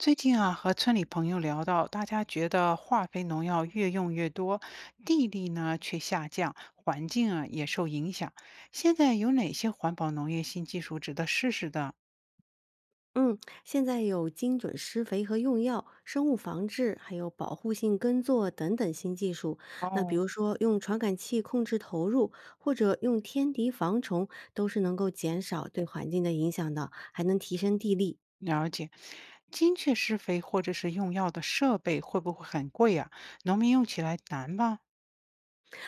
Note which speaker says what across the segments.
Speaker 1: 最近啊，和村里朋友聊到，大家觉得化肥农药越用越多，地力呢却下降，环境啊也受影响。现在有哪些环保农业新技术值得试试的？
Speaker 2: 嗯，现在有精准施肥和用药、生物防治，还有保护性耕作等等新技术。那比
Speaker 1: 哦，
Speaker 2: 如说用传感器控制投入，或者用天敌防虫，都是能够减少对环境的影响的，还能提升地力。
Speaker 1: 了解。精确施肥或者是用药的设备会不会很贵呀？农民用起来难吧？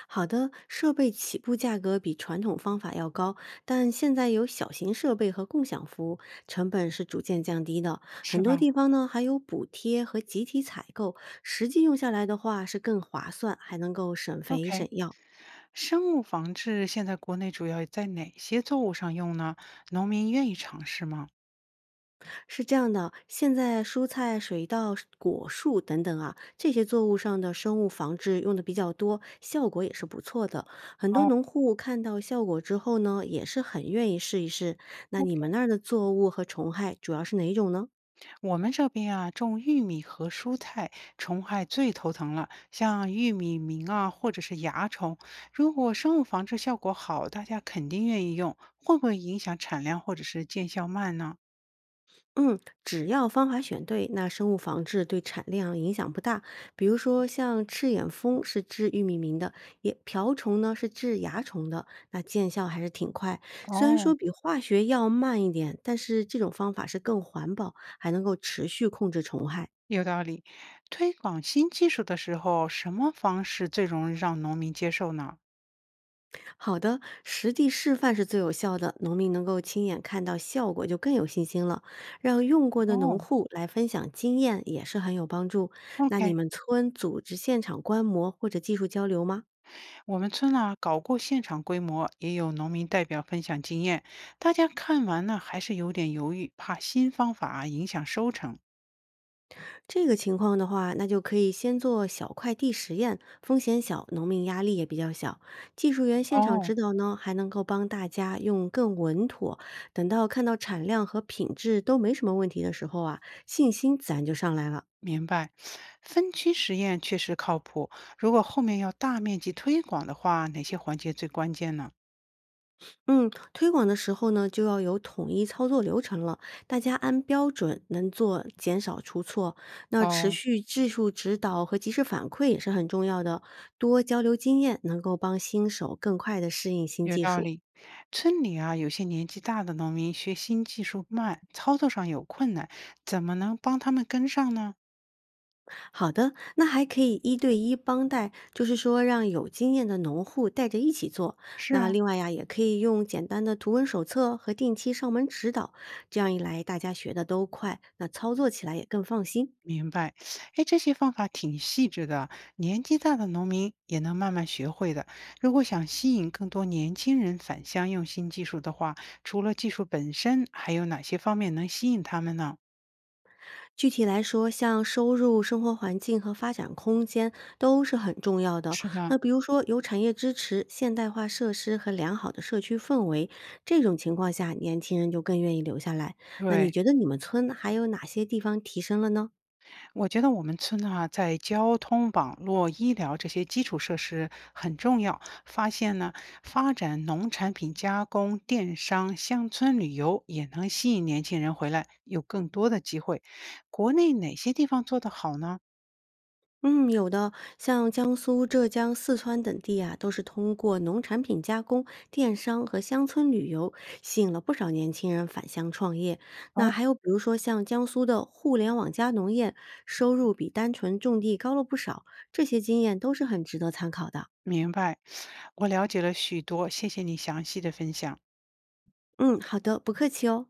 Speaker 2: 好的，设备起步价格比传统方法要高，但现在有小型设备和共享服务，成本是逐渐降低的。很
Speaker 1: 是
Speaker 2: 多
Speaker 1: 吧
Speaker 2: 地方呢还有补贴和集体采购，实际用下来的话是更划算，还能够省肥省
Speaker 1: ？OK，
Speaker 2: 药。
Speaker 1: 生物防治现在国内主要在哪些作物上用呢？农民愿意尝试吗？
Speaker 2: 是这样的，现在蔬菜、水稻、果树等等啊，这些作物上的生物防治用的比较多，效果也是不错的。很多
Speaker 1: 哦，
Speaker 2: 农户看到效果之后呢，也是很愿意试一试。那你们那儿的作物和虫害主要是哪一种呢？
Speaker 1: 我们这边啊，种玉米和蔬菜，虫害最头疼了，像玉米螟啊，或者是蚜虫。如果生物防治效果好，大家肯定愿意用，会不会影响产量或者是见效慢呢？
Speaker 2: 嗯，只要方法选对，那生物防治对产量影响不大。比如说，像赤眼蜂是治玉米螟的，也瓢虫呢是治蚜虫的，那见效还是挺快。虽然说
Speaker 1: 哦，
Speaker 2: 比化学药慢一点，但是这种方法是更环保，还能够持续控制虫害。
Speaker 1: 有道理。推广新技术的时候，什么方式最容易让农民接受呢？
Speaker 2: 好的，实地示范是最有效的，农民能够亲眼看到效果，就更有信心了。让用过的农
Speaker 1: 哦。
Speaker 2: 户来分享经验也是很有帮助。那你
Speaker 1: OK，
Speaker 2: 们村组织现场观摩或者技术交流吗？
Speaker 1: 我们村呢搞过现场规模，也有农民代表分享经验。大家看完呢，还是有点犹豫，怕新方法啊影响收成。
Speaker 2: 这个情况的话，那就可以先做小块地实验，风险小，农民压力也比较小。技术员现场
Speaker 1: 哦，
Speaker 2: 指导呢，还能够帮大家用更稳妥。等到看到产量和品质都没什么问题的时候啊，信心自然就上来了。
Speaker 1: 明白。分区实验确实靠谱。如果后面要大面积推广的话，哪些环节最关键呢？
Speaker 2: 嗯，推广的时候呢，就要有统一操作流程了，大家按标准能做，减少出错。那持
Speaker 1: 哦，
Speaker 2: 续技术指导和及时反馈也是很重要的，多交流经验能够帮新手更快的适应新
Speaker 1: 有
Speaker 2: 技
Speaker 1: 道
Speaker 2: 术。
Speaker 1: 理。村里啊，有些年纪大的农民学新技术慢，操作上有困难，怎么能帮他们跟上呢？
Speaker 2: 好的，那还可以一对一帮带，就是说让有经验的农户带着一起做。
Speaker 1: 是
Speaker 2: 那
Speaker 1: 啊。
Speaker 2: 另外呀，也可以用简单的图文手册和定期上门指导，这样一来大家学的都快，那操作起来也更放心。
Speaker 1: 明白，哎，这些方法挺细致的，年纪大的农民也能慢慢学会的。如果想吸引更多年轻人返乡用新技术的话，除了技术本身，还有哪些方面能吸引他们呢？
Speaker 2: 具体来说，像收入、生活环境和发展空间都是很重要的。
Speaker 1: 是的，
Speaker 2: 那比如说，有产业支持、现代化设施和良好的社区氛围，这种情况下，年轻人就更愿意留下来。那你
Speaker 1: 对。
Speaker 2: 觉得你们村还有哪些地方提升了呢？
Speaker 1: 我觉得我们村啊，在交通网络、医疗这些基础设施很重要。发现呢，发展农产品加工、电商、乡村旅游也能吸引年轻人回来，有更多的机会。国内哪些地方做得好呢？
Speaker 2: 嗯，有的，像江苏、浙江、四川等地啊，都是通过农产品加工、电商和乡村旅游，吸引了不少年轻人返乡创业。那
Speaker 1: 哦，
Speaker 2: 还有比如说像江苏的互联网加农业，收入比单纯种地高了不少，这些经验都是很值得参考的。
Speaker 1: 明白，我了解了许多，谢谢你详细的分享。
Speaker 2: 嗯，好的，不客气哦。